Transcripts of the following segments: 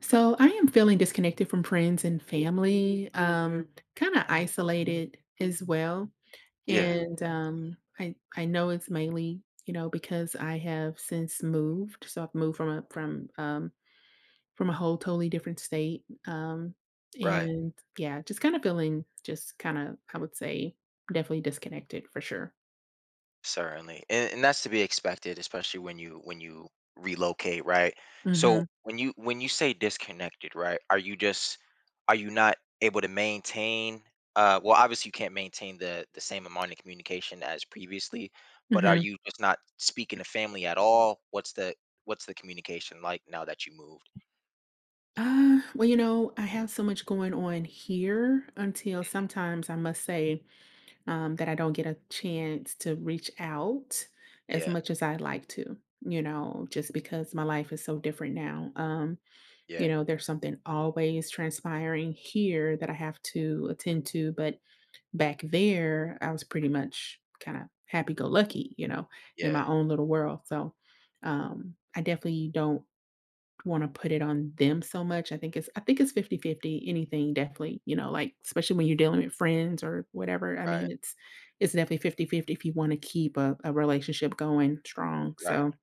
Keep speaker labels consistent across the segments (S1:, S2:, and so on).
S1: So I am feeling disconnected from friends and family. Mm-hmm. Kind of isolated as well.
S2: Yeah,
S1: And I know it's mainly because I have since moved, so I've moved from a whole totally different state,
S2: right.
S1: and yeah, just kind of I would say definitely disconnected for sure.
S2: Certainly. And that's to be expected, especially when you relocate, right? So
S1: Hmm.
S2: when you say disconnected, right? Are you not able to maintain well obviously you can't maintain the same amount of communication as previously, but are
S1: Hmm.
S2: you just not speaking to family at all? What's the communication like now that you moved?
S1: Well, I have so much going on here until
S2: Mhm.
S1: sometimes I must say that I don't get a chance to reach out as
S2: Yeah,
S1: much as I'd like to, you know, just because my life is so different now.
S2: yeah,
S1: There's something always transpiring here that I have to attend to, but back there, I was pretty much kind of happy go lucky, in
S2: yeah.
S1: my own little world. So I definitely don't want to put it on them so much. I think it's 50/50. Anything definitely, like, especially when you're dealing with friends or whatever. I
S2: Right,
S1: mean, it's definitely 50/50 if you want to keep a relationship going strong.
S2: right.
S1: So,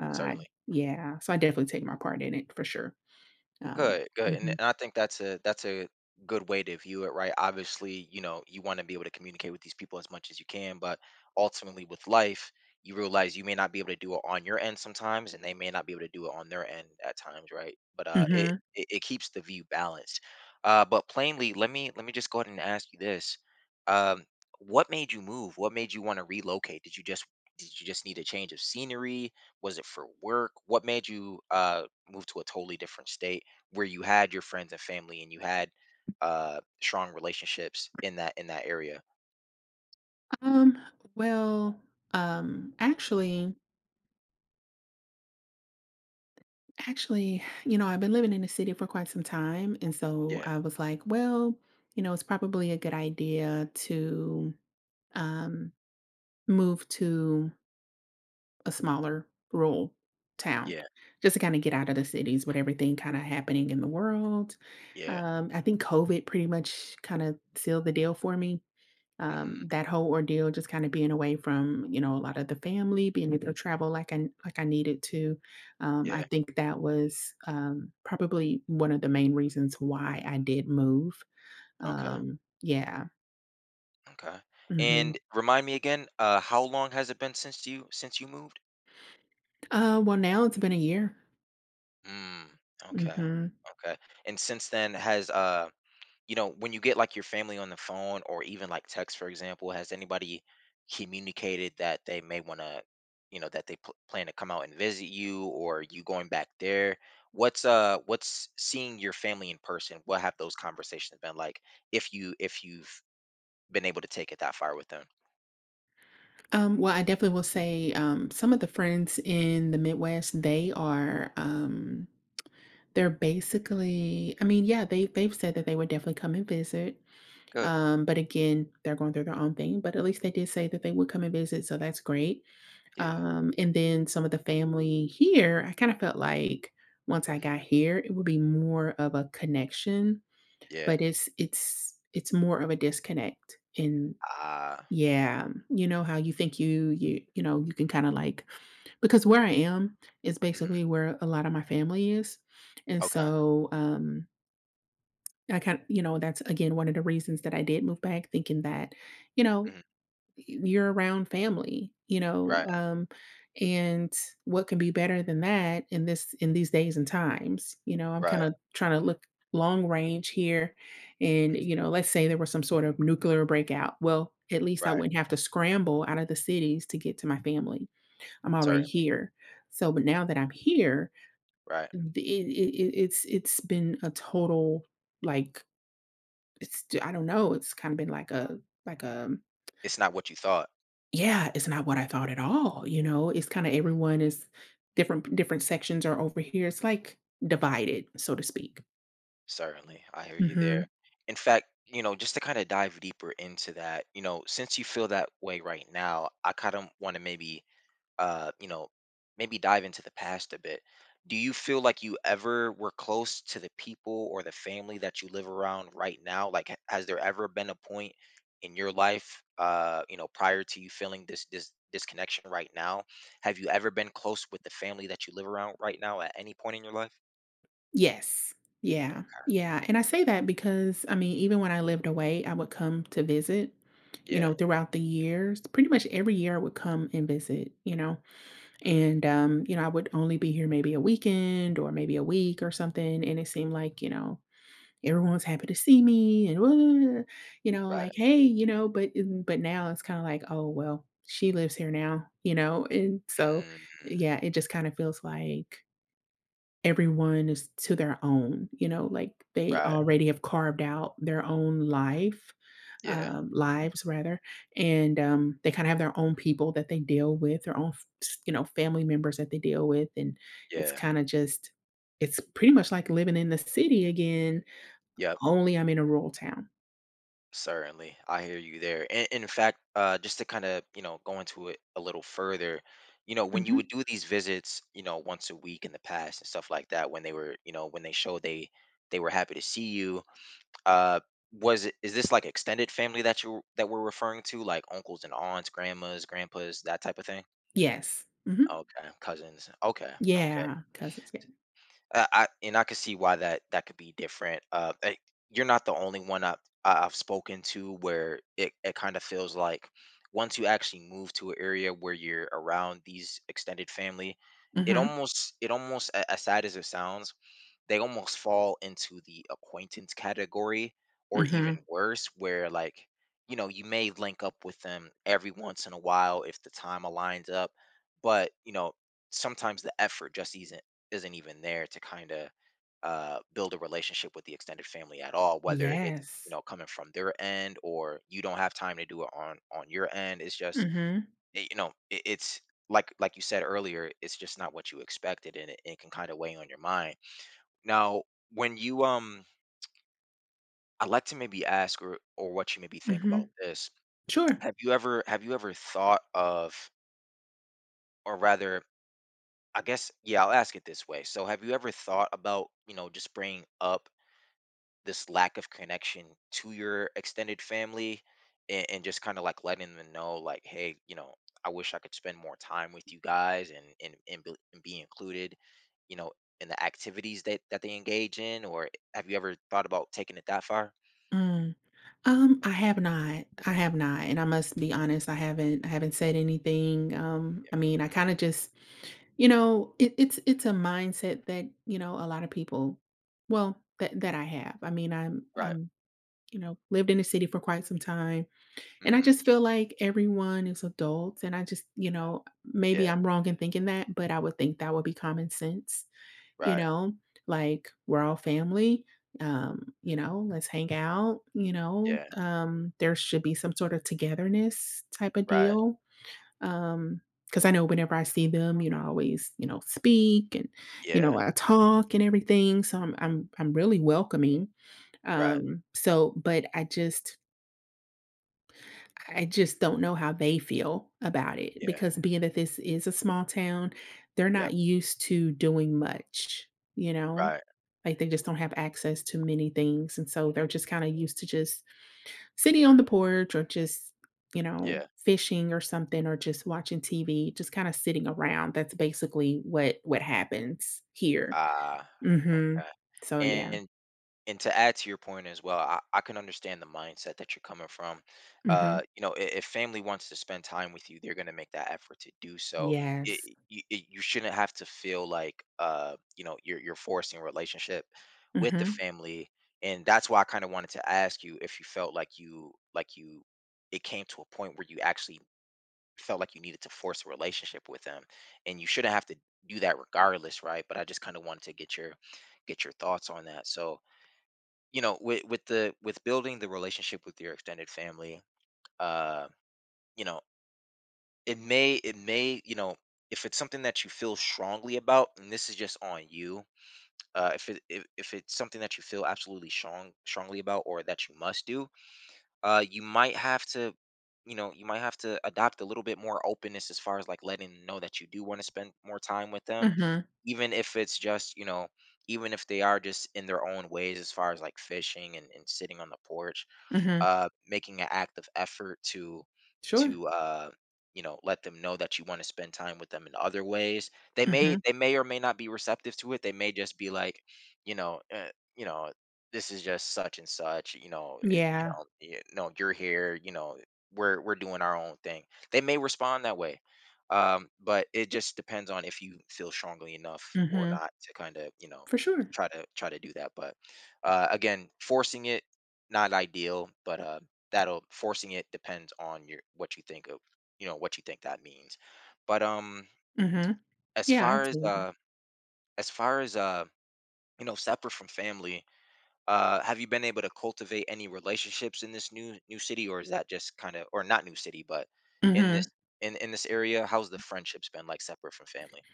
S1: I
S2: Certainly.
S1: yeah, so I definitely take my part in it for sure. Um
S2: Good, good. And
S1: Mhm.
S2: and I think that's a good way to view it, right? Obviously, you know, you want to be able to communicate with these people as much as you can, but ultimately with life, you realize you may not be able to do it on your end sometimes, and they may not be able to do it on their end at times, right? But it
S1: Mhm.
S2: it, it keeps the view balanced. Uh, but plainly, let me just go ahead and ask you this. Um what made you move? What made you want to relocate? Did you just need a change of scenery? Was it for work? What made you move to a totally different state? Where you had your friends and family and you had strong relationships in that area.
S1: Um, well, um, actually Actually, I've been living in the city for quite some time, and so
S2: Yeah,
S1: I was like, well, it's probably a good idea to, um moved to a smaller rural town
S2: yeah,
S1: just to kinda get out of the cities with everything kinda happening in the world.
S2: yeah.
S1: I think COVID pretty much kinda sealed the deal for me.
S2: Hmm.
S1: That whole ordeal just kinda being away from, a lot of the family, being able to travel like I needed to. I
S2: Yeah.
S1: think that was, probably one of the main reasons why I did move.
S2: Okay.
S1: Yeah.
S2: Okay.
S1: Mhm.
S2: And remind me again, uh, how long has it been since you moved?
S1: Well, now it's been a year.
S2: Mm, okay.
S1: Mhm.
S2: Okay. And since then has uh, you know, when you get like your family on the phone or even like text, for example, has anybody communicated that they may want to, you know, that they plan to come out and visit you or you going back there? What's uh, what's seeing your family in person? What have those conversations been like if you've been able to take it that far with them?
S1: Well, I definitely will say some of the friends in the Midwest, they're basically, I mean, yeah, they've said that they would definitely come and visit.
S2: Good.
S1: But again, they're going through their own thing, but at least they did say that they would come and visit, so that's great.
S2: Yeah.
S1: And then some of the family here, I kind of felt like once I got
S2: Hmm.
S1: here, it would be more of a connection,
S2: Yeah.
S1: but it's more of a disconnect in
S2: Ah.
S1: yeah, you know how you think you can kinda like because where I am is basically
S2: Hmm.
S1: where a lot of my family is, and
S2: Okay.
S1: so, I kind of that's again one of the reasons that I did move back thinking that, you know,
S2: Hmm.
S1: you're around family,
S2: Right.
S1: and what can be better than that in these days and times? I'm kind
S2: Right.
S1: of trying to look long range here, and let's say there was some sort of nuclear breakout. Well, at least I
S2: Right.
S1: wouldn't have to scramble out of the cities to get to my family. I'm already
S2: Certainly.
S1: here. So, but now that I'm here,
S2: Right.
S1: it's been a total, like, it's I don't know. It's kind of been like a.
S2: It's not what you thought.
S1: Yeah, it's not what I thought at all, you know? It's kinda everyone is different. Different sections are over here. It's like divided, so to speak.
S2: Certainly, I hear you there.
S1: Mhm.
S2: In fact, you know, just to kind of dive deeper into that, you know, since you feel that way right now, I kind of want to maybe, you know, maybe dive into the past a bit. Do you feel like you ever were close to the people or the family that you live around right now? Like, has there ever been a point in your life, you know, prior to you feeling this disconnection right now? Have you ever been close with the family that you live around right now at any point in your life?
S1: Yes. Yeah.
S2: Okay.
S1: Yeah, and I say that because, I mean, even when I lived away, I would come to visit,
S2: Yeah.
S1: throughout the years. Pretty much every year I would come and visit, you know?
S2: Hmm.
S1: I would only be here maybe a weekend or maybe a week or something, and it seemed like, everyone's happy to see me and "Woo,"
S2: Right.
S1: like, "Hey," but now it's kinda like, "Oh, well, she lives here now," and so,
S2: Mhm.
S1: yeah, it just kinda feels like everyone is to their own, like they
S2: Right.
S1: already have carved out their own life,
S2: Yeah.
S1: lives rather, and, they kinda have their own people that they deal with, their own f s you know, family members that they deal with, and it's
S2: Yeah.
S1: kinda just it's pretty much like living in the city again,
S2: Yep.
S1: only I'm in a rural town.
S2: Certainly. I hear you there. And, in fact, just to kind of, you know, go into it a little further, you know, when you would
S1: Mhm.
S2: do these visits, you know, once a week in the past and stuff like that, when they were, you know, when they showed they were happy to see you, uh, was it is this like extended family that you that we're referring to, like uncles and aunts, grandmas, grandpas, that type of thing?
S1: Yes. Mhm.
S2: Okay, cousins. Okay, okay.
S1: Yeah, cousins, yeah.
S2: I, and I could see why that could be different. You're not the only one I've, I've spoken to where it kind of feels like once you actually move to an area where you're around these extended family,
S1: Mhm.
S2: it almost, as sad as it sounds, they almost fall into the acquaintance category or even
S1: Mhm.
S2: worse, where like, you know, you may link up with them every once in a while if the time aligns up, but you know, sometimes the effort just isn't even there to kind of, build a relationship with the extended family at all, whether it's, you
S1: Yes.
S2: know, coming from their end or you don't have time to do it on your end. It's just,
S1: Mhm.
S2: you know, it's like you said earlier, it's just not what you expected, and it can kind of weigh on your mind now. When you, I'd like to maybe ask, or what you maybe think about
S1: Mhm.
S2: this.
S1: Sure.
S2: Have you ever thought of, or rather, I guess, yeah, I'll ask it this way. So, have you ever thought about, you know, just bringing up this lack of connection to your extended family and just kind of like letting them know, like, hey, you know, I wish I could spend more time with you guys and and be, and be included, you know, in the activities that they engage in, or have you ever thought about taking it that far?
S1: Mm. I have not. I have not, and I must be honest, I haven't said anything, I mean, I
S2: Yeah.
S1: kinda just it it's a mindset that, a lot of people, well, that I have. I mean, I'm
S2: Right.
S1: I'm, lived in the city for quite some time. And I
S2: Mhm.
S1: just feel like everyone is adults, and I just maybe
S2: Yeah.
S1: I'm wrong in thinking that, but I would think that would be common sense, you
S2: Right.
S1: know? Like, we're all family, let's hang out, you know?
S2: Yeah.
S1: There should be some sort of togetherness type of
S2: Right.
S1: deal. Um, because I know whenever I see them, I always, speak and,
S2: Yeah.
S1: I talk and everything, so I'm really welcoming,
S2: Right.
S1: so but I just don't know how they feel about it
S2: Yeah.
S1: because being that this is a small town, they're
S2: Yep.
S1: not used to doing much, you know?
S2: Right.
S1: Like they just don't have access to many things. And so they're just kind of used to just sitting on the porch or just,
S2: Yeah.
S1: fishing or something or just watching TV, just kind of sitting around. That's basically what happens here.
S2: Ah,
S1: Mhm.
S2: okay.
S1: So yeah.
S2: And and to add to your point as well, I can understand the mindset that you're coming from.
S1: Mhm.
S2: You know, if family wants to spend time with you, they're going to make that effort to do so. It,
S1: Yes.
S2: you shouldn't have to feel like, you know, you're forcing a relationship with the
S1: Mhm.
S2: family, and that's why I kind of wanted to ask you if you felt like you it came to a point where you actually felt like you needed to force a relationship with them, and you shouldn't have to do that regardless, right? But I just kind of wanted to get your thoughts on that. So you know, with the, with building the relationship with your extended family, uh, you know, it may, you know, if it's something that you feel strongly about, and this is just on you, uh, if it if it's something that you feel absolutely strongly about or that you must do, uh, you might have to, you know, you might have to adopt a little bit more openness as far as like letting them know that you do want to spend more time with them,
S1: Mhm.
S2: even if it's just, you know, even if they are just in their own ways as far as like fishing and sitting on the porch,
S1: Mhm.
S2: making an active effort to
S1: Sure.
S2: to uh, you know, let them know that you want to spend time with them in other ways. They may
S1: Mhm.
S2: or may not be receptive to it. They may just be like, you know, uh, you know, this is just such and such. You know, you
S1: Yeah.
S2: know, you, no, you're here. You know, we're doing our own thing. They may respond that way. But it just depends on if you feel strongly enough or
S1: Mhm.
S2: not to kind of, you know,
S1: For sure.
S2: try to do that. But again, forcing it, not ideal, but that'll, forcing it depends on your, what you think of, you know, what you think that means. But
S1: Mhm.
S2: as
S1: Yeah, I
S2: far as
S1: totally agree.
S2: uh, as far as you know, separate from family, have you been able to cultivate any relationships in this new city, or is that just kind of, or not new city, but in this,
S1: Mhm.
S2: in this area? How's the friendships been like separate from family?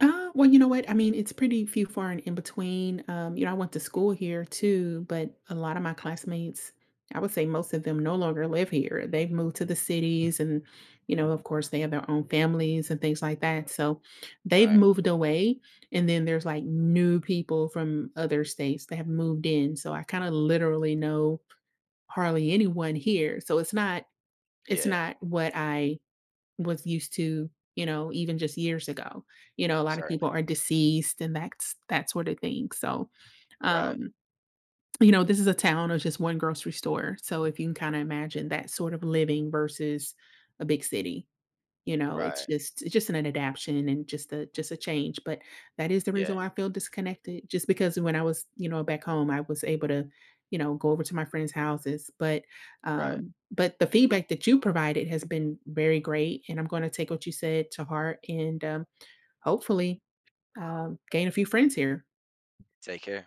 S1: Well, you know what? I mean, it's pretty few far and in between. I went to school here too, but a lot of my classmates, I would say most of them no longer live here. They've moved to the cities and, of course they have their own families and things like that. So they've
S2: Right.
S1: moved away. And then there's like new people from other states that have moved in. So I kind of literally know hardly anyone here. So it's not it's
S2: Yeah.
S1: not what I was used to, even just years ago. A lot of
S2: Certainly.
S1: people are deceased and that's that sort of thing. So,
S2: Right.
S1: um, this is a town of just one grocery store. So if you can kind of imagine that sort of living versus a big city. It's
S2: Right.
S1: just it's just an adaptation and just a change, but that is the
S2: Yeah.
S1: reason why I feel disconnected just because when I was, back home, I was able to, go over to my friends' houses,
S2: Right.
S1: but the feedback that you provided has been very great, and I'm gonna take what you said to heart and, hopefully, gain a few friends here.
S2: Take care.